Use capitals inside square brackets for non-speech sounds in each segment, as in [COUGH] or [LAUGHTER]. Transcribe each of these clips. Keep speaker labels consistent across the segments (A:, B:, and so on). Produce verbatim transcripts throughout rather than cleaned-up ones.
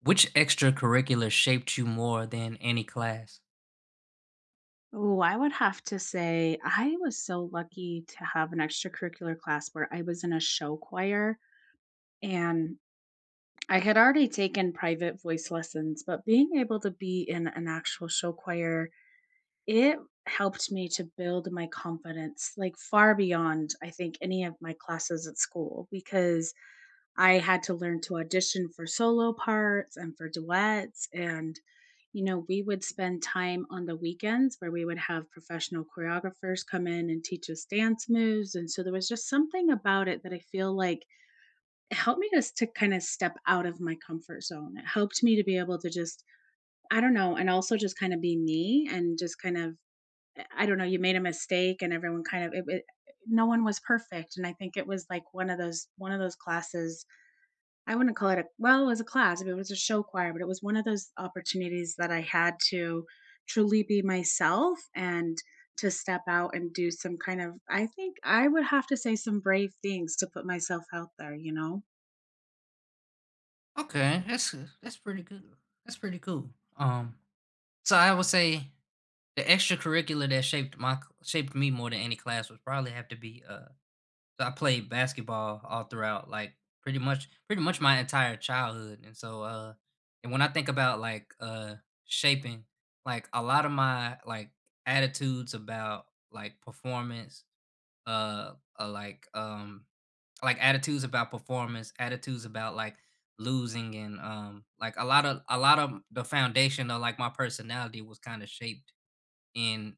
A: Which extracurricular shaped you more than any class?
B: Oh, I would have to say I was so lucky to have an extracurricular class where I was in a show choir, and I had already taken private voice lessons. But being able to be in an actual show choir, it helped me to build my confidence, like, far beyond, I think, any of my classes at school, because I had to learn to audition for solo parts and for duets. And, you know, we would spend time on the weekends where we would have professional choreographers come in and teach us dance moves. And so there was just something about it that I feel like it helped me just to kind of step out of my comfort zone. It helped me to be able to just, I don't know, and also just kind of be me and just kind of, eh, I don't know, you made a mistake, and everyone kind of, it, it, no one was perfect. And I think it was like one of those, one of those classes. I wouldn't call it a, well, it was a class, but it was a show choir, but it was one of those opportunities that I had to truly be myself and to step out and do some kind of, I think I would have to say, some brave things to put myself out there, you know?
A: Okay, that's that's pretty good. That's pretty cool. Um, so I would say the extracurricular that shaped my shaped me more than any class would probably have to be uh. So I played basketball all throughout, like pretty much pretty much my entire childhood, and so uh, and when I think about like uh shaping, like a lot of my like attitudes about like performance uh, uh like um like attitudes about performance, attitudes about like losing, and um like a lot of a lot of the foundation of like my personality was kind of shaped and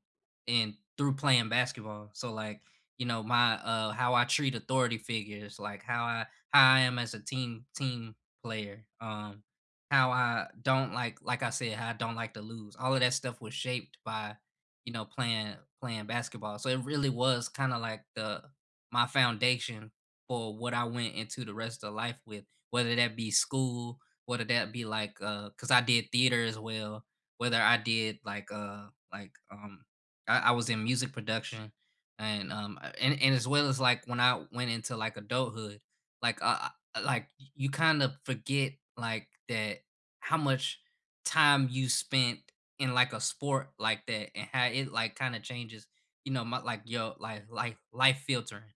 A: and through playing basketball. So like, you know, my uh how I treat authority figures, like how I how I am as a team team player. Um, how I don't like like I said, how I don't like to lose. All of that stuff was shaped by, you know, playing playing basketball. So it really was kind of like the my foundation for what I went into the rest of life with, whether that be school, whether that be like uh cuz I did theater as well, whether I did like uh like um I, I was in music production and um uh, and, and as well as like when I went into like adulthood, like uh uh, like y- you kind of forget like that how much time you spent in like a sport like that and how it like kind of changes, you know, my like your like like life filtering.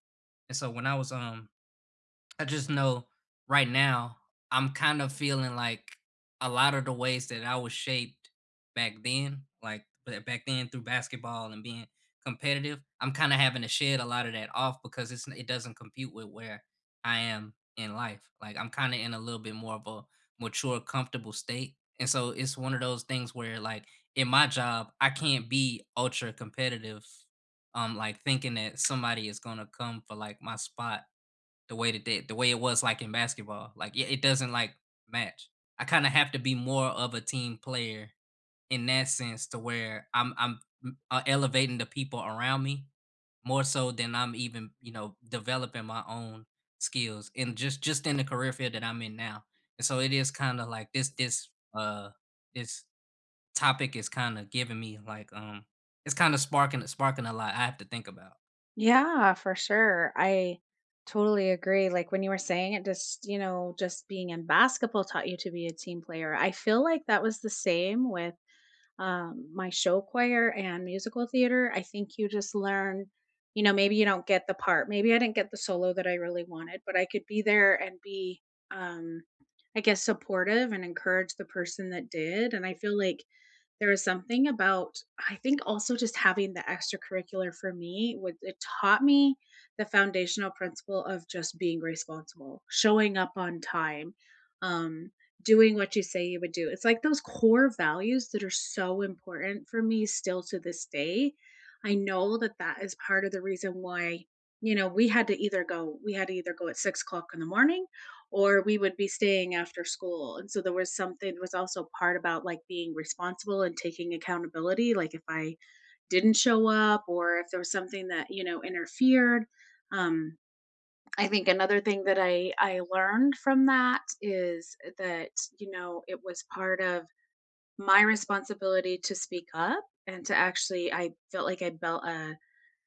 A: And so when I was um I just know right now I'm kind of feeling like a lot of the ways that I was shaped back then, like ba- back then through basketball and being competitive, I'm kind of having to shed a lot of that off because it's it doesn't compute with where I am in life. Like I'm kind of in a little bit more of a mature, comfortable state. And so it's one of those things where like in my job, I can't be ultra competitive, um like thinking that somebody is going to come for like my spot the way that they the way it was like in basketball. Like it, it doesn't like match. I kind of have to be more of a team player in that sense to where I'm I'm mm, uh, elevating the people around me more so than I'm even, you know, developing my own skills and just just in the career field that I'm in now. And so it is kind of like this this uh this topic is kind of giving me like um it's kind of sparking sparking a lot I have to think about.
B: Yeah, for sure. I totally agree. Like, when you were saying it, just, you know, just being in basketball taught you to be a team player. I feel like that was the same with um, my show choir and musical theater. I think you just learn, you know, maybe you don't get the part. Maybe I didn't get the solo that I really wanted, but I could be there and be, um, I guess, supportive and encourage the person that did. And I feel like there is something about, I think, also just having the extracurricular for me would, it taught me the foundational principle of just being responsible, showing up on time, um, doing what you say you would do. It's like those core values that are so important for me still to this day. I know that that is part of the reason why, you know, we had to either go we had to either go at six o'clock in the morning, or we would be staying after school. And so there was something there was also part about, like, being responsible and taking accountability. Like, if I didn't show up, or if there was something that, you know, interfered. Um, I think another thing that I, I learned from that is that, you know, it was part of my responsibility to speak up, and to actually, I felt like I built a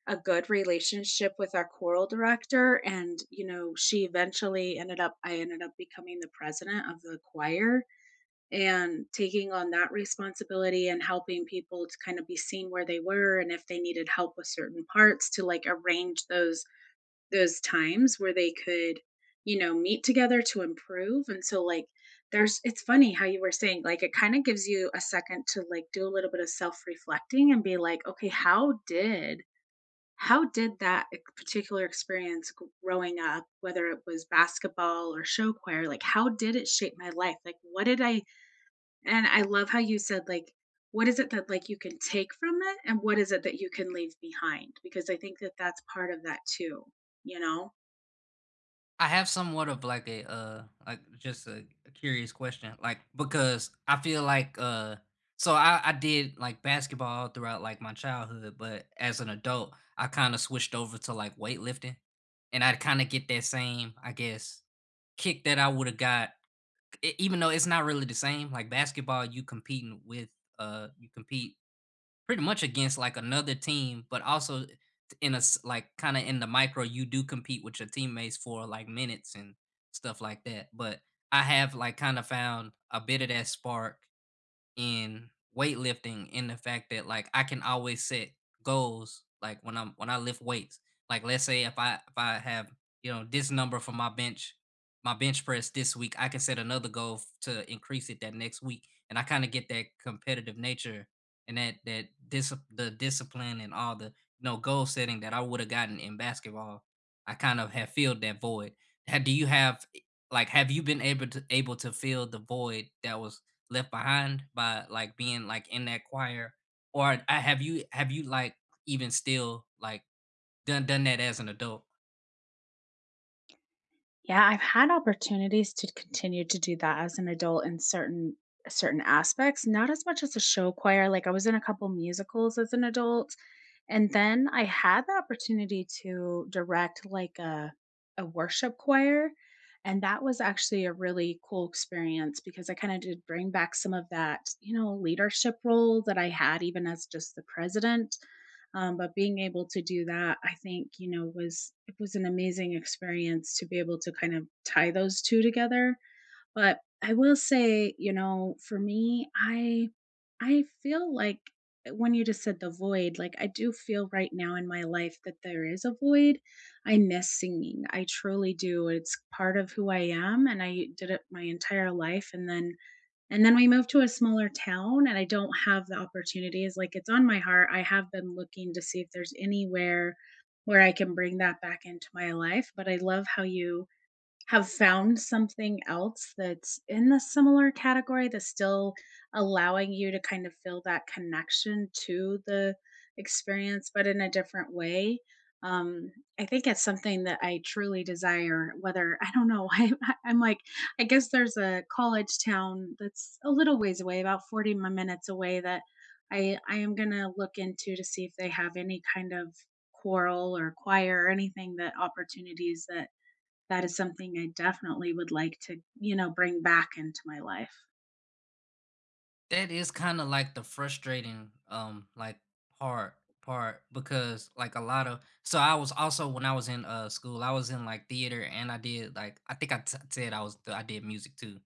B: a good relationship with our choral director. And, you know, she eventually ended up, I ended up becoming the president of the choir, and taking on that responsibility and helping people to kind of be seen where they were, and if they needed help with certain parts, to like arrange those those times where they could, you know, meet together to improve. And so, like, there's, it's funny how you were saying, like, it kind of gives you a second to like do a little bit of self reflecting and be like, okay, how did how did that ex particular experience, g- growing up, whether it was basketball or show choir, like, how did it shape my life? Like, what did I and I love how you said, like, what is it that, like, you can take from it, and what is it that you can leave behind? Because I think that that's part of that too, you know?
A: I have somewhat of like a uh like just a, a curious question like because I feel like uh, so I I did like basketball throughout like my childhood, but as an adult I kind of switched over to like weightlifting, and I kind of get that same, I guess, kick that I would have got e- even though it's not really the same, like basketball you competing with uh you compete pretty much against, like, another team, but also in a s like, kinda in the micro, you do compete with your teammates for, like, minutes and stuff like that, but I have, like, kinda found a bit of that spark in weightlifting, in the fact that like I can always set goals like when I'm when I lift weights. Like, let's say if I if I have, you know, this number for my bench, my bench press this week, I can set another goal f- to increase it that next week. And I kind of get that competitive nature and that that dis- the discipline and all the, you know, goal setting that I would have gotten in basketball. I kind of have filled that void. Ha- Do you have like, have you been able to able to fill the void that was left behind by like being like in that choir, or I, have you have you like even still like done done that as an adult?
B: Yeah, I've had opportunities to continue to do that as an adult in certain certain aspects, not as much as a show choir. Like, I was in a couple musicals as an adult, and then I had the opportunity to direct, like, a a worship choir, and that was actually a really cool experience because I kinda did bring back some of that, you know, leadership role that I had even as just the president. um, but being able to do that, I think, you know, was it was an amazing experience to be able to kind of tie those two together. But I will say, you know, for me, I I feel like, eh, when you just said the void, like, I do feel right now in my life that there is a void. I miss singing. I truly do. It's part of who I am, and I did it my entire life, and then and then we moved to a smaller town, and I don't have the opportunities. Like, it's on my heart. I have been looking to see if there's anywhere where I can bring that back into my life. But I love how you have found something else that's in the similar category that's still allowing you to kind of feel that connection to the experience, but in a different way. Um, I think it's something that I truly desire, whether, I don't know, [LAUGHS] I, I'm like, I guess there's a college town that's a little ways away, about forty mi- minutes away, that I, I am going to look into to see if they have any kind of choral or choir or anything, that opportunities, that that is something I definitely would like to, you know, bring back into my life.
A: That is kind of like the frustrating, um, like part part because like a lot of, so I was also when I was in uh, school, I was in like theater, and I did, like, I think I t- said I was I did music too.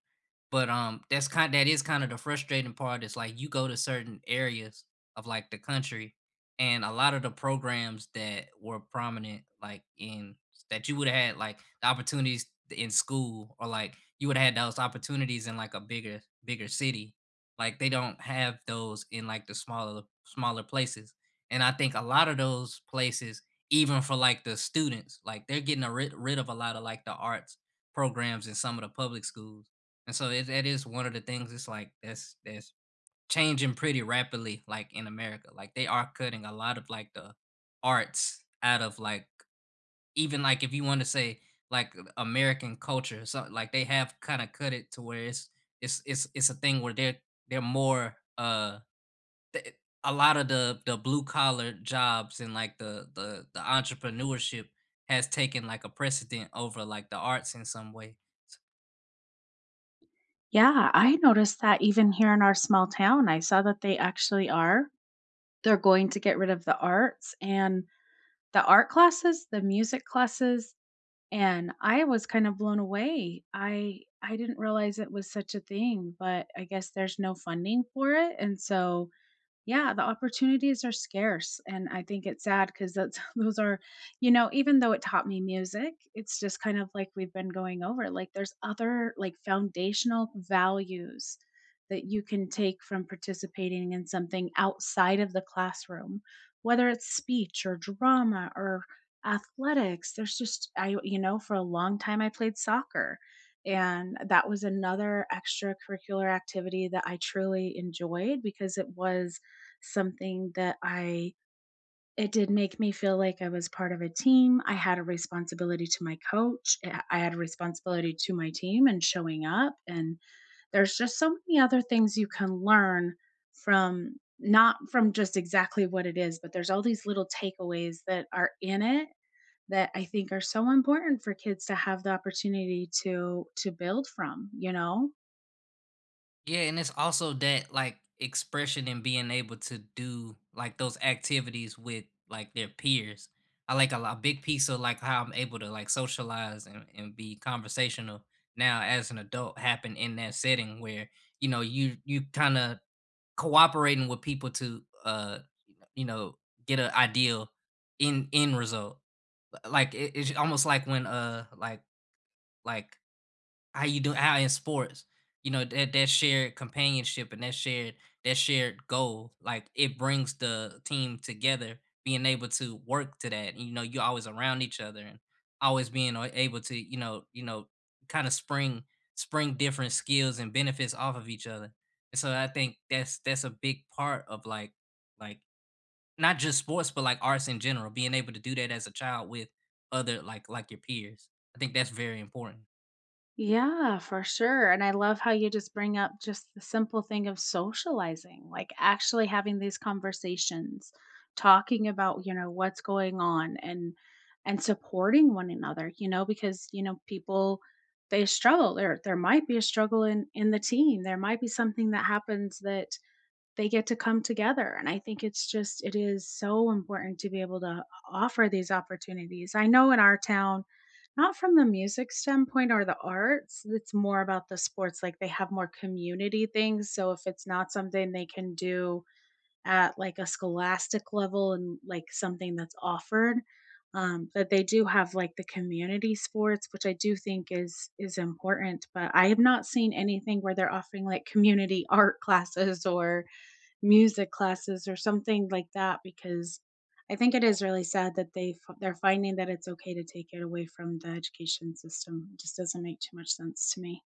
A: But, um, that's kind that is kinda the frustrating part is, like, you go to certain areas of, like, the country, and a lot of the programs that were prominent, like, in that you would've had, like, the opportunities in school, or, like, you would've had those opportunities in, like, a bigger bigger city. Like, they don't have those in, like, the smaller smaller places, and I think a lot of those places, even for, like, the students, like, they're getting a rid rid of a lot of, like, the arts programs in some of the public schools. And so it, that is one of the things. It's like that's that's changing pretty rapidly, like in America. Like they are cutting a lot of like the arts out of like, even like if you want to say like uh, American culture, so like they have kind of cut it to where it's it's it's it's a thing where they're they're more uh th- a lot of the the blue collar jobs and like the the the entrepreneurship has taken like a precedent over like the arts in some way.
B: Yeah, I noticed that even here in our small town. I saw that they actually are. They're going to get rid of the arts and the art classes, the music classes, and I was kind of blown away. I I didn't realize it was such a thing, but I guess there's no funding for it, and so, yeah, the opportunities are scarce. And I think it's sad, 'cause that's [LAUGHS] those are, you know, even though it taught me music, it's just kind of like we've been going over. Like, there's other, like, foundational values that you can take from participating in something outside of the classroom, whether it's speech or drama or athletics. There's just, I, you know, for a long time, I played soccer, and that was another extracurricular activity that I truly enjoyed because it was something that I, it did make me feel like I was part of a team. I had a responsibility to my coach. I I had a responsibility to my team and showing up. And there's just so many other things you can learn from, not from just exactly what it is, but there's all these little takeaways that are in it that I think are so important for kids to have the opportunity to to build from, you know?
A: Yeah, and it's also that like expression and being able to do like those activities with like their peers. I like a, lo- a big piece of like how I'm able to like socialize and, and be conversational now as an adult happen in that setting where, you know, you you kind of cooperating with people to, uh, you know, get an ideal in end end result. Like it, it's almost like when uh like like how you do how in sports, you know, that that shared companionship and that shared that shared goal like it brings the team together, being able to work to that, you know, you're always around each other and always being a- able to, you know, you know kind of spring spring different skills and benefits off of each other. And so I think that's that's a big part of like like not just sports but like arts in general, being able to do that as a child with other, like like your peers. I think that's very important.
B: Yeah, for sure. And I love how you just bring up just the simple thing of socializing, like, actually having these conversations, talking about, you know, what's going on, and and supporting one another, you know. Because, you know, people, they struggle. There there might be a struggle in in the team. There might be something that happens that they get to come together. And I think it's just, it is so important to be able to offer these opportunities. I know in our town, not from the music standpoint or the arts, it's more about the sports. Like, they have more community things, so if it's not something they can do at, like, a scholastic level and, like, something that's offered, um, but they do have, like, the community sports, which I do think is is important. But I have not seen anything where they're offering, like, community [LAUGHS] art classes or music classes or something like that, because I think it is really sad that they f- they're finding that it's okay to take it away from the education system. It just doesn't make too much sense to me.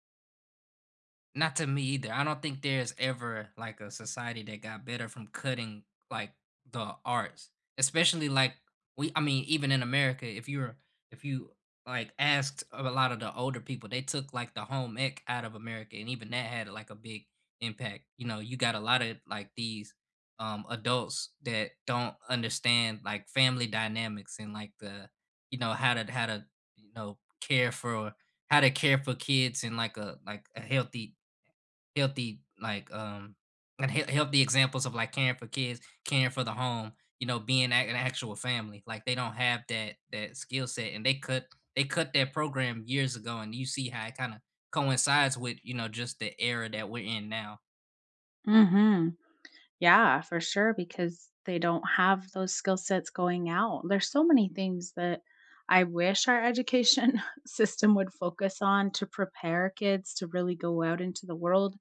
A: Not to me either. I don't think there's ever like a society that got better from cutting like the arts, especially like we. I mean, even in America, if you're if you like asked a lot of the older people, they took like the home ec out of America, and even that had like a big impact. You know, you got a lot of like these, um, adults that don't understand like family dynamics, and like the, you know, how to how to, you know, care for how to care for kids in like a, like a healthy healthy like, um and hea- healthy examples of like caring for kids, caring for the home, you know, being ac- an actual family. Like they don't have that that skill set, and they cut they cut that program years ago, and you see how it kind of coincides with, you know, just the era that we're in now.
B: Hmm. Yeah, for sure, because they don't have those skill sets going out. There's so many things that I wish our education [LAUGHS] system would focus on to prepare kids to really go out into the world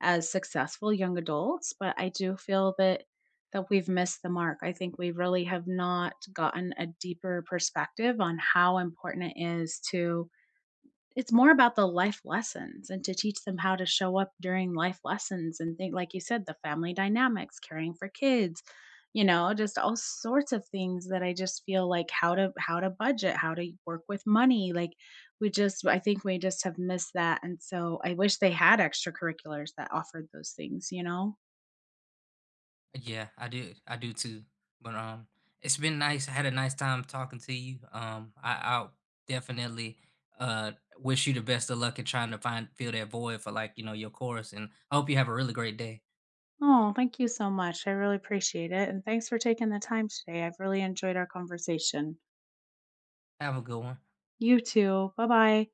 B: as successful young adults. But I do feel that that we've missed the mark. I think we really have not gotten a deeper perspective on how important it is. To, it's more about the life lessons, and to teach them how to show up during life lessons, and think, like you said, the family dynamics, caring for kids, you know, just all sorts of things, that I just feel like, how to how to budget, how to work with money. Like, we just I think we just have missed that, and so I wish they had extracurriculars that offered those things, you know.
A: Yeah, I do, I do too. But um, it's been nice. I had a nice time talking to you. Um, I, I'll definitely, uh, wish you the best of luck in trying to find fill that void for, like, you know, your course, and I hope you have a really great day.
B: Oh, thank you so much. I really appreciate it, and thanks for taking the time today. I've really enjoyed our conversation.
A: Have a good one.
B: You too. Bye bye.